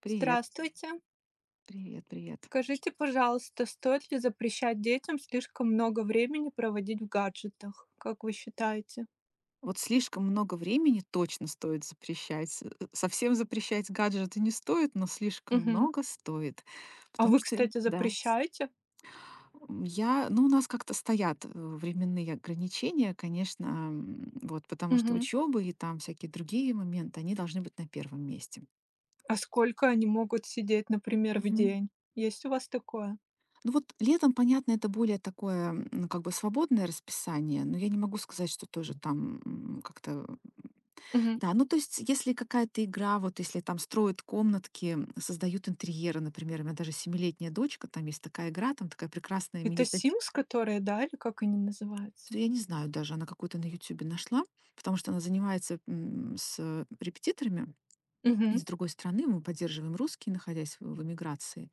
Привет, Здравствуйте. привет, привет. Скажите, пожалуйста, стоит ли запрещать детям слишком много времени проводить в гаджетах, как вы считаете? Вот слишком много времени точно стоит запрещать. Совсем запрещать гаджеты не стоит, но слишком Мгм. много стоит. А вы, Потому что, кстати, да, запрещаете? Ну, у нас как-то стоят временные ограничения, конечно, вот, потому что Мгм. учебы и там всякие другие моменты, они должны быть на первом месте. А сколько они могут сидеть, например, в Мгм. день? Есть у вас такое? Ну вот летом, понятно, это более такое, ну, как бы свободное расписание, но я не могу сказать, что тоже там как-то. Мгм. Да, ну то есть, если какая-то игра, вот если там строят комнатки, создают интерьеры, например, у меня даже семилетняя дочка, там есть такая игра, там такая прекрасная Это медитативная, Sims, которые, да, или как они называются? я не знаю даже, она какую-то на Ютубе нашла, потому что она занимается с репетиторами Мгм. из другой страны, мы поддерживаем русские, находясь в эмиграции.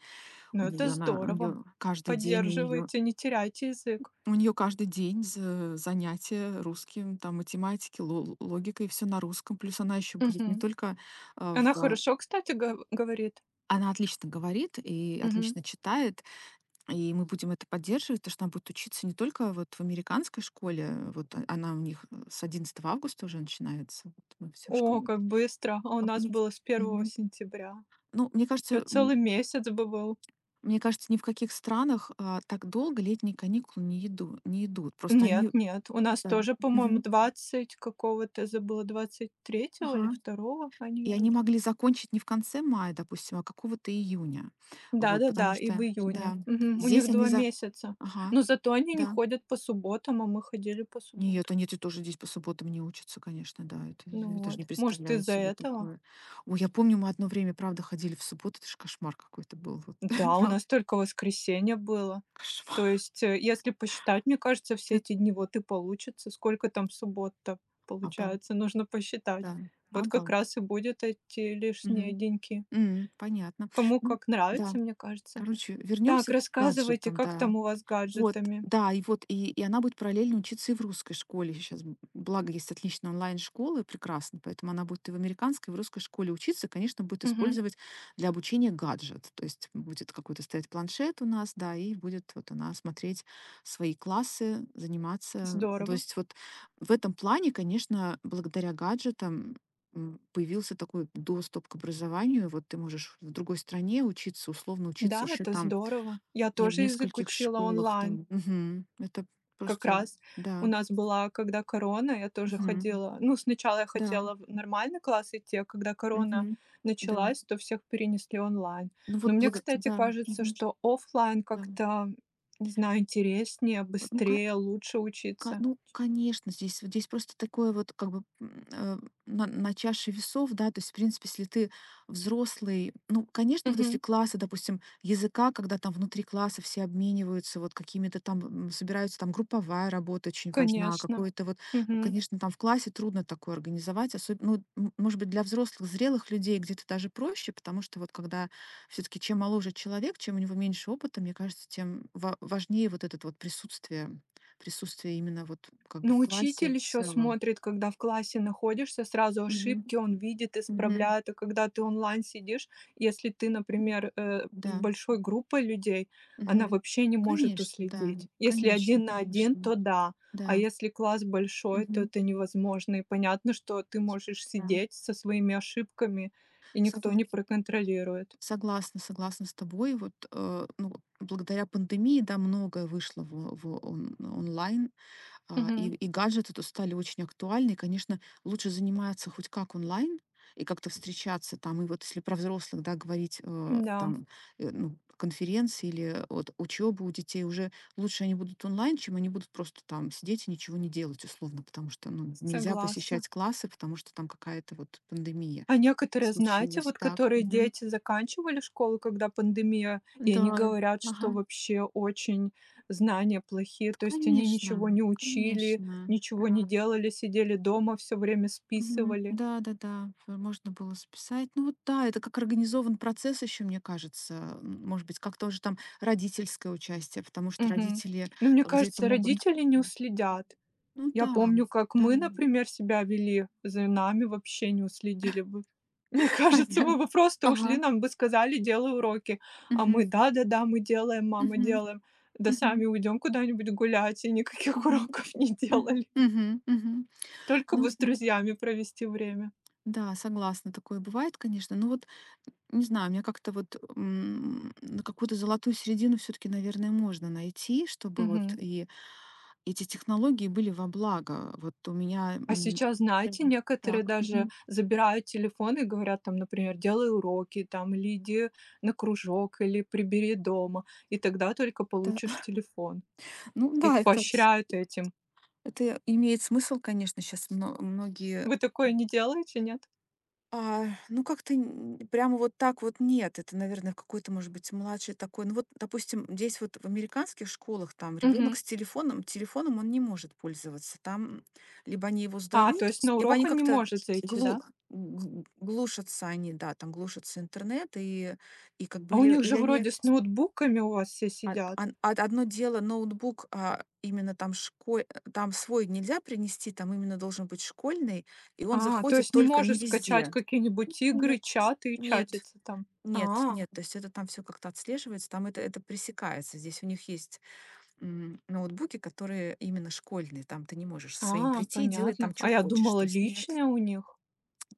Ну, У это нее она, у здорово. нее каждый день, Поддерживайте, не теряйте язык. у нее каждый день занятия русским, там математики, логикой, все на русском. Плюс она еще будет не Мгм. только а, Она в хорошо, кстати, говорит. Она отлично говорит и Мгм. отлично читает, и мы будем это поддерживать, потому что она будет учиться не только вот в американской школе, вот она у них с 11 августа уже начинается, вот мы всю О, школу. как быстро. А у об- нас не- было с первого Мгм. сентября. Ну, мне Что кажется, целый месяц бы был? мне кажется, ни в каких странах так долго летние каникулы не идут. Просто Нет, они. нет, у нас Да. тоже, по-моему, Мгм. 20 какого-то, забыла, двадцать третьего или Ага. второго они И они идут. могли закончить не в конце мая, допустим, а какого-то июня. Вот, потому Да-да-да, и в что, июне. да, Мгм. У здесь них они 2 за. месяца. Ага, Но зато они не да. ходят по субботам, а мы ходили по Нет, субботам. они те тоже здесь по субботам не учатся, конечно, да. Это Ну я даже не вот, может, представляю из-за себе этого. такое. Ой, я помню, мы одно время, правда, ходили в субботу. Это же кошмар какой-то был. Вот, Да, у правда, нас только воскресенье было. То кошмар. есть, если посчитать, мне кажется, все Ты эти дни вот и получится. Сколько там суббот-то Обал, получается? Нужно да, посчитать. Вот как обал. раз и будет эти лишние Мгм. деньки. Понятно. Кому Ну как да, нравится, мне кажется. короче, Так, вернемся к рассказывайте, гаджетам, как да. там у вас с Вот, гаджетами? да, и вот, и она будет параллельно учиться и в русской школе сейчас. Благо, есть отличные онлайн-школы, прекрасно, поэтому она будет и в американской, и в русской школе учиться, конечно, будет Мгм. использовать для обучения гаджет. То есть будет какой-то стоять планшет у нас, да, и будет вот она смотреть свои классы, заниматься. То Здорово. есть вот в этом плане, конечно, благодаря гаджетам появился такой доступ к образованию. Вот ты можешь в другой стране учиться, условно Да, учиться еще это там здорово. Я не, в тоже язык нескольких учила школах онлайн. там. Мгм. Это Как просто раз у да. нас была, когда корона, я тоже Мгм. ходила. Ну, сначала я Да. хотела в нормальный класс идти, а когда корона Мгм. Да. началась, то всех перенесли онлайн. Ну Но вот мне, благо кстати, да. кажется, Мгм. что оффлайн Да. как-то, не знаю, интереснее, Вот ну ка быстрее, лучше Ка учиться. ну, конечно, здесь вот здесь просто такое вот как бы, на чаше весов, да. То есть, в принципе, если ты взрослый, ну, конечно, вот если Мгм. классы, допустим, языка, когда там внутри класса все обмениваются вот какими-то там, собираются, там групповая работа очень важна, Конечно. какое-то вот, ну, Мгм. конечно, там в классе трудно такое организовать, особенно, ну, может быть, для взрослых, зрелых людей где-то даже проще, потому что вот когда все таки чем моложе человек, чем у него меньше опыта, мне кажется, тем ва важнее вот этот вот присутствие. Присутствие именно вот как бы Но в классе учитель в еще целом. смотрит, когда в классе находишься, сразу Мгм. ошибки он видит, Мгм. исправляет. А когда ты онлайн сидишь, если ты, М, например, с да. большой группой людей, она Мгм. вообще не может Конечно, да. уследить. Если Конечно, один на один, конечно. то да. А Да. если класс большой, то Мгм. это невозможно. И понятно, что ты можешь Да. сидеть со своими ошибками, и никто Согла не проконтролирует. Согласна, согласна с тобой. Вот, ну, благодаря пандемии, да, многое вышло в он онлайн. Мгм. И гаджеты тут стали очень актуальны. И, конечно, лучше заниматься хоть как онлайн и как-то встречаться там. И вот если про взрослых, да, говорить, Да, там, ну, конференции или вот учебу у детей, уже лучше они будут онлайн, чем они будут просто там сидеть и ничего не делать, условно, потому что, ну, нельзя согласна. посещать классы, потому что там какая-то вот пандемия А некоторые, знаете, случилась. вот Так. которые Мгм. дети заканчивали школу, когда пандемия, и Да, они говорят, что ага. вообще очень знания плохие, то есть они ничего Конечно, не учили, конечно, ничего не да. делали, сидели дома, все время Мгм. списывали. Да-да-да, ф можно было списать. Ну вот да, это как организован процесс еще, мне кажется. Может быть, как тоже там родительское участие, потому что Мгм. родители Но мне где-то кажется, могут. родители не уследят. Ну Я да, помню, как да, мы, например, себя вели, за нами вообще не уследили бы. Мне кажется, мы понятно. бы просто ушли, Ага. нам бы сказали: "Делай уроки". А мы: Мгм. "Да-да-да, мы делаем, мама, Мгм. делаем". Да сами Мгм. уйдем куда-нибудь гулять и никаких Мгм. уроков не Мгм. делали. Мгм. Мгм. Только Ну бы с друзьями провести время. да, согласна, такое бывает, конечно. Но вот, не знаю, мне как-то вот на какую-то золотую середину все-таки, наверное, можно найти, чтобы вот Мгм. и эти технологии были во благо. Вот у меня А сейчас, Да. знаете, Так, некоторые даже мгм, забирают телефон и говорят там, например: "Делай уроки", там, или "Иди на кружок", или "Прибери дома", и тогда только да. получишь телефон. Ну да, Их поощряют этим. это имеет смысл, конечно, сейчас многие. Вы такое не делаете, нет? Ну, как-то н прямо вот так вот нет. Это, наверное, в какой-то, может быть, младший такой. Ну, вот, допустим, здесь вот в американских школах там Мгм. ребенок с телефоном телефоном он не может пользоваться. Там либо они его А, то сдают, есть на либо урок они он не как-то может зайти, глу да? Глушатся они, да, там глушатся интернет, и как А бы у них же или вроде они с ноутбуками у вас все а сидят. ан од одно дело ноутбук, именно там школь там свой нельзя принести, там именно должен быть школьный, и он А, то заходит есть не только не можешь скачать везде. какие-нибудь игры, Нет. чаты и Нет. чатиться там. Нет А, нет, то есть это там все как-то отслеживается, там это пресекается. Здесь у них есть, ноутбуки, которые именно школьные, там ты не можешь со своим а, прийти и делать понятно. там что А я хочешь. думала, То есть нет, личное у них.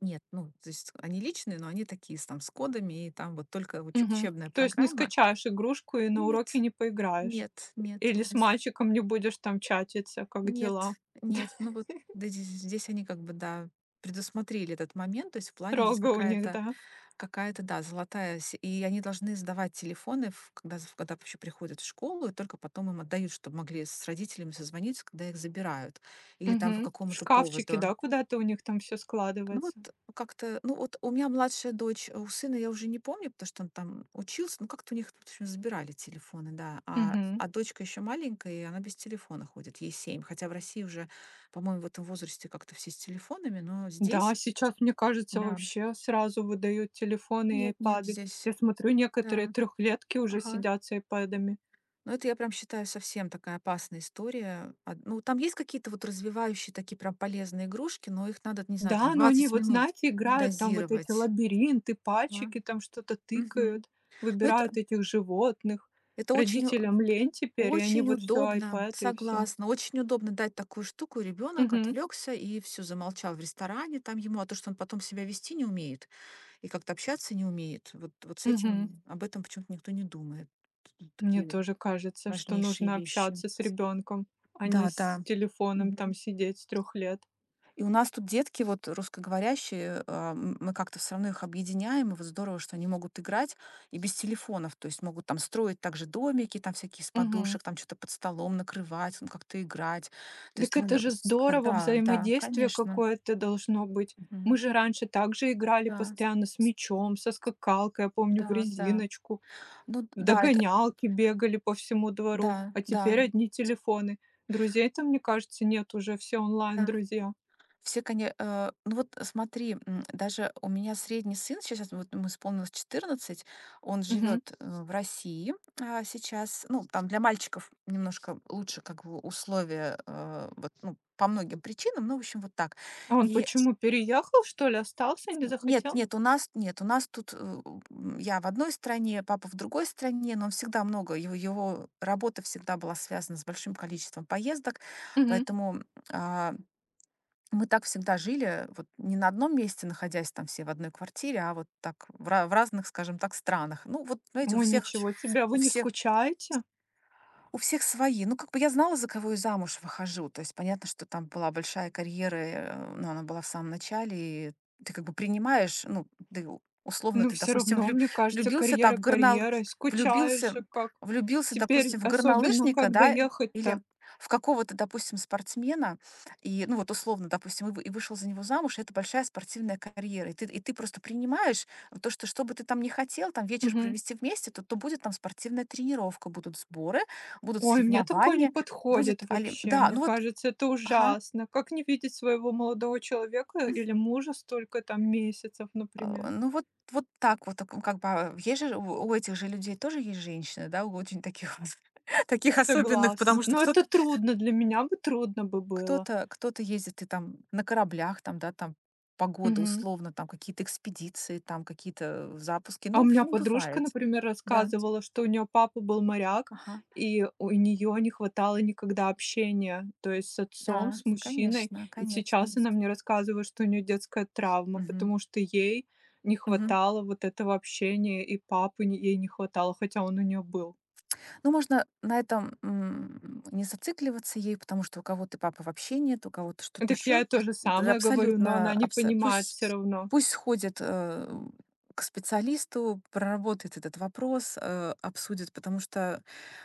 нет, ну, то есть они личные, но они такие с там с кодами, и там вот только уч Мгм. учебная То есть не программа. скачаешь игрушку и на уроке Нет, не поиграешь. нет, нет, Или с нет, мальчиком не будешь там чатиться, как нет, дела. нет. Ну вот да, здесь они как бы, да, предусмотрели этот момент, то есть в плане здесь Строго у них, какая-то. да? Какая-то, да, золотая се и они должны сдавать телефоны, в когда з когда вообще приходят в школу, и только потом им отдают, чтобы могли с родителями созвониться, когда их забирают. Или там по Мгм. В какому-то шкафчике, поводу. да, куда-то у них там все Ну вот складывается. как-то, ну вот у меня младшая дочь, а у сына я уже не помню, потому что он там учился, ну как-то у них, в общем, забирали телефоны, да. А Мгм. а дочка еще маленькая, и она без телефона ходит, ей 7. Хотя в России уже, по-моему, в этом возрасте как-то все с телефонами, но Да, здесь сейчас, мне кажется, да. вообще сразу выдают телефоны и Нет, нет, айпады. здесь, Я смотрю, некоторые да. трехлетки уже Ага. сидят с айпадами. Ну, это я прям считаю совсем такая опасная история. Ну, там есть какие-то вот развивающие такие прям полезные игрушки, но их надо, не знаю, там Да, но они 20 вот, минут знаете, играют там вот эти дозировать. лабиринты, Да. пальчики там что-то Мгм. тыкают, Ну, это, выбирают этих животных. это очень, Родителям лень теперь, и они очень вот все удобно, айпэд и все. согласна. Очень удобно дать такую штуку. Ребенок Угу. отвлекся и все, замолчал в ресторане там ему, а то, что он потом себя вести не умеет и как-то общаться не умеет. Вот, вот с Угу. этим, об этом почему-то никто не думает. Мне Такие тоже кажется, что важнейшие нужно вещи. общаться с ребенком, а не Да, с да. телефоном Мгм. там сидеть с трех лет. И у нас тут детки вот русскоговорящие, мы как-то все равно их объединяем, и вот здорово, что они могут играть и без телефонов, то есть могут там строить также домики, там всякие из Мгм. подушек, там что-то под столом накрывать, ну, как-то играть. То Дак есть, ну, это я же как здорово, да, да, взаимодействие конечно. какое-то должно быть. Мы Мгм. же раньше также играли Да, постоянно с мячом, со скакалкой, я помню, в да, да. резиночку, Ну в да, это догонялки бегали по всему двору, да, а да, теперь одни телефоны. Друзей-то, мне кажется, нет уже, все да. онлайн-друзья. Все, конечно, ну вот смотри, даже у меня средний сын, сейчас вот ему исполнилось 14, он Мгм. живет, в России, сейчас. Ну, там для мальчиков немножко лучше как бы условия, вот, ну, по многим причинам, ну, в общем, вот так. А он И почему, переехал, что ли, остался, не нет, захотел? нет, у нас нет, у нас тут, я в одной стране, папа в другой стране, но он всегда много, его работа всегда была связана с большим количеством поездок, Мгм. поэтому, а, мы так всегда жили, вот не на одном месте, находясь там все в одной квартире, а вот так в разных, скажем так, странах. Ну, вот, знаете, у Ой, всех. Ничего, ничего себе, а у вы не всех, скучаете? Свои. Ну, как бы я знала, за кого я замуж выхожу. То есть понятно, что там была большая карьера, но она была в самом начале, и ты как бы принимаешь, ну, ты условно Ну, ты, все допустим, равно, мне кажется, влюбился там карьера в горнал, карьерой. Скучаешь влюбился, же как. влюбился, Теперь допустим, в особенно горнолыжника, как да, или доехать-то? в какого-то, допустим, спортсмена, и, ну, вот условно, допустим, и, и вышел за него замуж, и это большая спортивная карьера, и ты просто принимаешь то, что что бы ты там не хотел, там вечер Мгм. провести вместе, то будет там спортивная тренировка, будут сборы, будут Ой, мне такое не соревнования, подходит будет олим вообще. да, Мне ну вот кажется, это ага. ужасно. Как не видеть своего молодого человека М. или мужа столько там месяцев, например? Ну вот вот так вот, так, как бы, есть же у этих же людей тоже есть женщины, да, у очень таких вот, таких особенных, Согласна. потому что Но это трудно, для меня бы трудно бы было. Кто-то ездит и там на кораблях, там, да, там погода Мгм. условно, там какие-то экспедиции, там какие-то запуски. А у Ну, меня ну, подружка, бывает. например, Да. рассказывала, что у неё папа был моряк, Ага. и у неё не хватало никогда общения, то есть с отцом, Да, с мужчиной. конечно, И конечно. сейчас она мне рассказывает, что у неё детская травма, Мгм. потому что ей не Мгм. хватало вот этого общения, и папы не ей не хватало, хотя он у неё был. Ну, можно на этом, не зацикливаться ей, потому что у кого-то папы вообще нет, у кого-то Ну что-то так я еще. ей то же Да, самое говорю, но она абсолютно, не абсо понимает все пусть равно. пусть сходит, к специалисту, проработает этот вопрос, обсудит, потому что,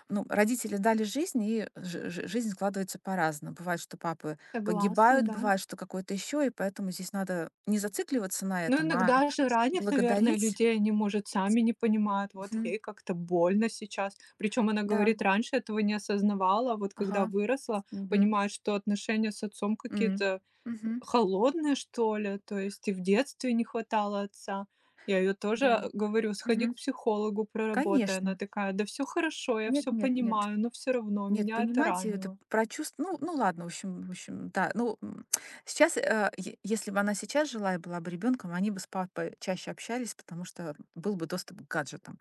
ну, родители дали жизнь, и жи жи жизнь складывается по-разному. Бывает, что папы Согласна, погибают, да. бывает, что какой то еще, и поэтому здесь надо не зацикливаться на Ну, этом, а иногда же ранит, наверное, благодарить. людей, они, может, сами не понимают. Вот Мгм. ей как-то больно сейчас. Причем она Да. говорит, раньше этого не осознавала, а вот когда Ага. выросла, Мгм. понимает, что отношения с отцом М. какие-то Мгм. холодные, что ли. То есть и в детстве не хватало отца. Я ее Да. тоже говорю, сходи к Мгм. психологу, проработай. Она Конечно. такая, да все хорошо, я Нет, все нет, нет. понимаю, но все равно Нет, меня это понимаете, это ранило. прочувствовать. Ну, ну ладно, в общем, да. Ну, сейчас, если бы она сейчас жила и была бы ребенком, они бы с папой чаще общались, потому что был бы доступ к гаджетам.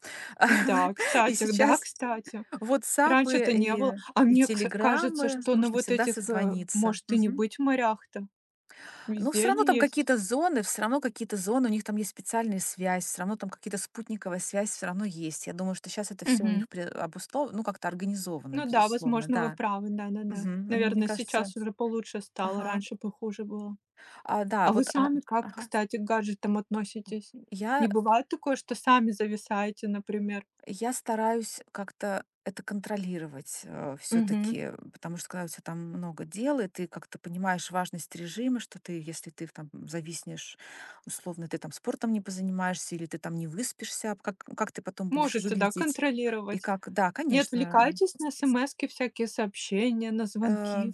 Да, И кстати, да, сейчас кстати. WhatsApp Раньше-то не и, было. А и мне кс кажется, телеграммы, что на можно вот всегда этих, созвониться. может и не быть морях-то. Ну, Везде все равно они там есть. какие-то зоны, все равно какие-то зоны, у них там есть специальная связь, все равно там какие-то спутниковая связь все равно есть. Я думаю, что сейчас это все у Мгм. них обусловлено ну, как-то организовано, Ну да, безусловно, возможно, вы да. правы. Да-да-да. Мгм. А мне Наверное, кажется сейчас уже получше стало, ага. раньше похуже было. Да, А вы вот, сами как, ага. кстати, к гаджетам относитесь? Не Я бывает такое, что сами зависаете, например? Я стараюсь как-то это контролировать, все Мгм. таки потому что когда у тебя там много дел, и ты как-то понимаешь важность режима, что ты, если ты там зависнешь, условно, ты там спортом не позанимаешься или ты там не выспишься, а как ты потом будешь Можете, да, выглядеть? И контролировать. как да, Не конечно. отвлекайтесь на смски, всякие сообщения, на Э, звонки?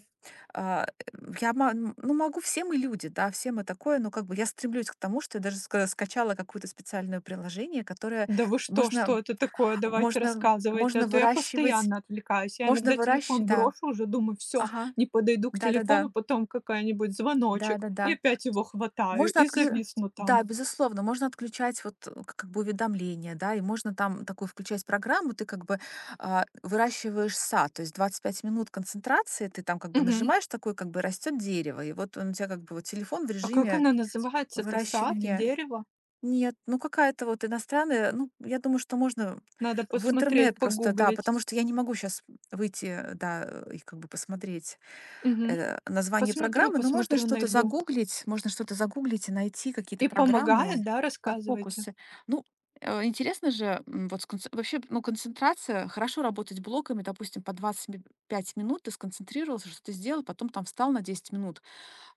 а, э, я ну, могу, все мы люди, да, все мы такое, но как бы я стремлюсь к тому, что я даже скачала какое-то специальное приложение, которое Да вы что? Что можно это такое? Давайте рассказывайте, а то я выращивать. постоянно отвлекаюсь. Я Можно иногда выращ телефон да. брошу, уже думаю: "Все, Ага. не подойду к Да-да-да. телефону". Потом какая-нибудь звоночек, и Да-да-да. опять его хватаю Можно и отклю зависну там. да, безусловно, можно отключать вот, э, к как бы уведомления, да, и можно там такую включать программу. Ты как бы, выращиваешь сад, то есть 25 минут концентрации, ты там как бы Мгм. нажимаешь такой, как бы растет дерево, и вот он у тебя как бы вот телефон в А как режиме она называется-то? Сад? И выращивания. Дерево? Нет, ну какая-то вот иностранная, ну, я думаю, что можно Надо в посмотреть, интернет просто, да, погуглить. потому что я не могу сейчас выйти, да, и как бы посмотреть. Мгм. Название Посмотрю, программы, но посмотрю, найду. Можно что-то загуглить и найти какие-то И помогает, программы да? по Рассказывайте. фокусе. Ну, интересно же, вот вообще, ну, концентрация, хорошо работать блоками, допустим, по 5 минут ты сконцентрировался, что-то сделал, потом там встал на 10 минут,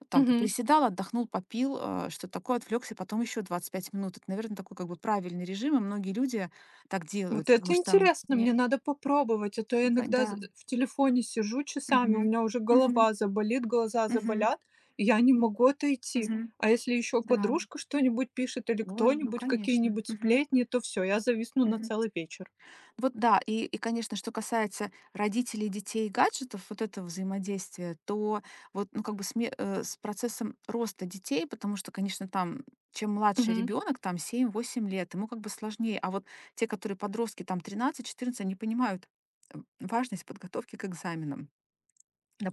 там Мгм. приседал, отдохнул, попил, что такое, отвлекся, потом еще 25 минут. Это, наверное, такой как бы правильный режим, и многие люди так Вот делают, это потому что. интересно, мне не- надо попробовать, а то я иногда з Да. в телефоне сижу часами, у Мгм. меня уже Мгм. голова заболит, глаза Мгм. заболят, и я не могу отойти. Мгм. А если еще Да. подружка что-нибудь пишет или Ой, ну, кто-нибудь, конечно. какие-нибудь Мгм. сплетни, то все, я зависну на Мгм. целый вечер. Вот да, и, конечно, что касается родителей, детей и гаджетов, вот этого взаимодействия, то вот, ну, как бы с процессом роста детей, потому что, конечно, там чем младше Мгм. ребенок, там 7-8 лет, ему как бы сложнее. А вот те, которые подростки, там 13-14, они понимают, важность подготовки к экзаменам,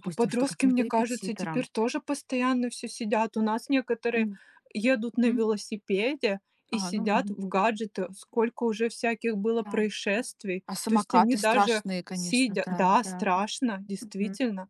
А что подростки, каким-то мне кажется, репетиторам. теперь тоже постоянно все сидят. У нас некоторые М, едут на мгм. велосипеде и Ну, сидят мгм. в гаджетах. Сколько уже всяких было Да. происшествий. А То есть они самокаты даже страшные, конечно, сидя. да, Да, да. страшно, Мгм. действительно.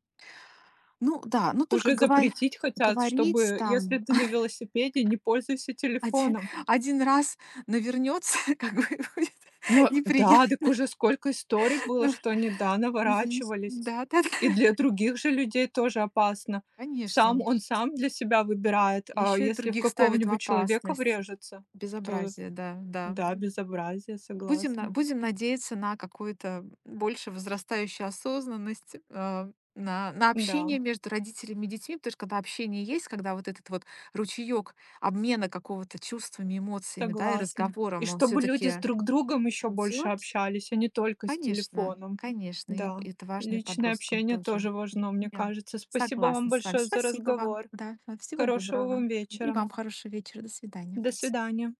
Ну да, ну только Уже гова запретить хотят, говорить чтобы, если там ты на велосипеде, не пользуйся один телефоном. 1 раз навернется, как бы будет Но да, так неприятно. уже сколько историй было, что они, да, Мгм. наворачивались. Да-да-да, И для других же людей тоже опасно. Конечно. Сам для себя выбирает, а Еще и если в других ставит в какого-нибудь человека опасность. врежется, то Безобразие, да, да. да, безобразие, согласна. Будем надеяться на какую-то больше возрастающую осознанность, на Да, общение между родителями и детьми, потому что когда общение есть, когда вот этот вот ручеек обмена какого-то чувствами, эмоциями, да, и согласна. И разговором, он чтобы люди с все-таки друг другом еще больше идет, общались, а не только с конечно, телефоном. конечно, и Да, это важно и личное подросткам общение тоже. тоже важно, мне Я кажется. Спасибо вам согласна с вами. большое за Спасибо вам. разговор. Да, всего Хорошего доброго. вам И вечера. вам хорошего вечера. До свидания. До свидания.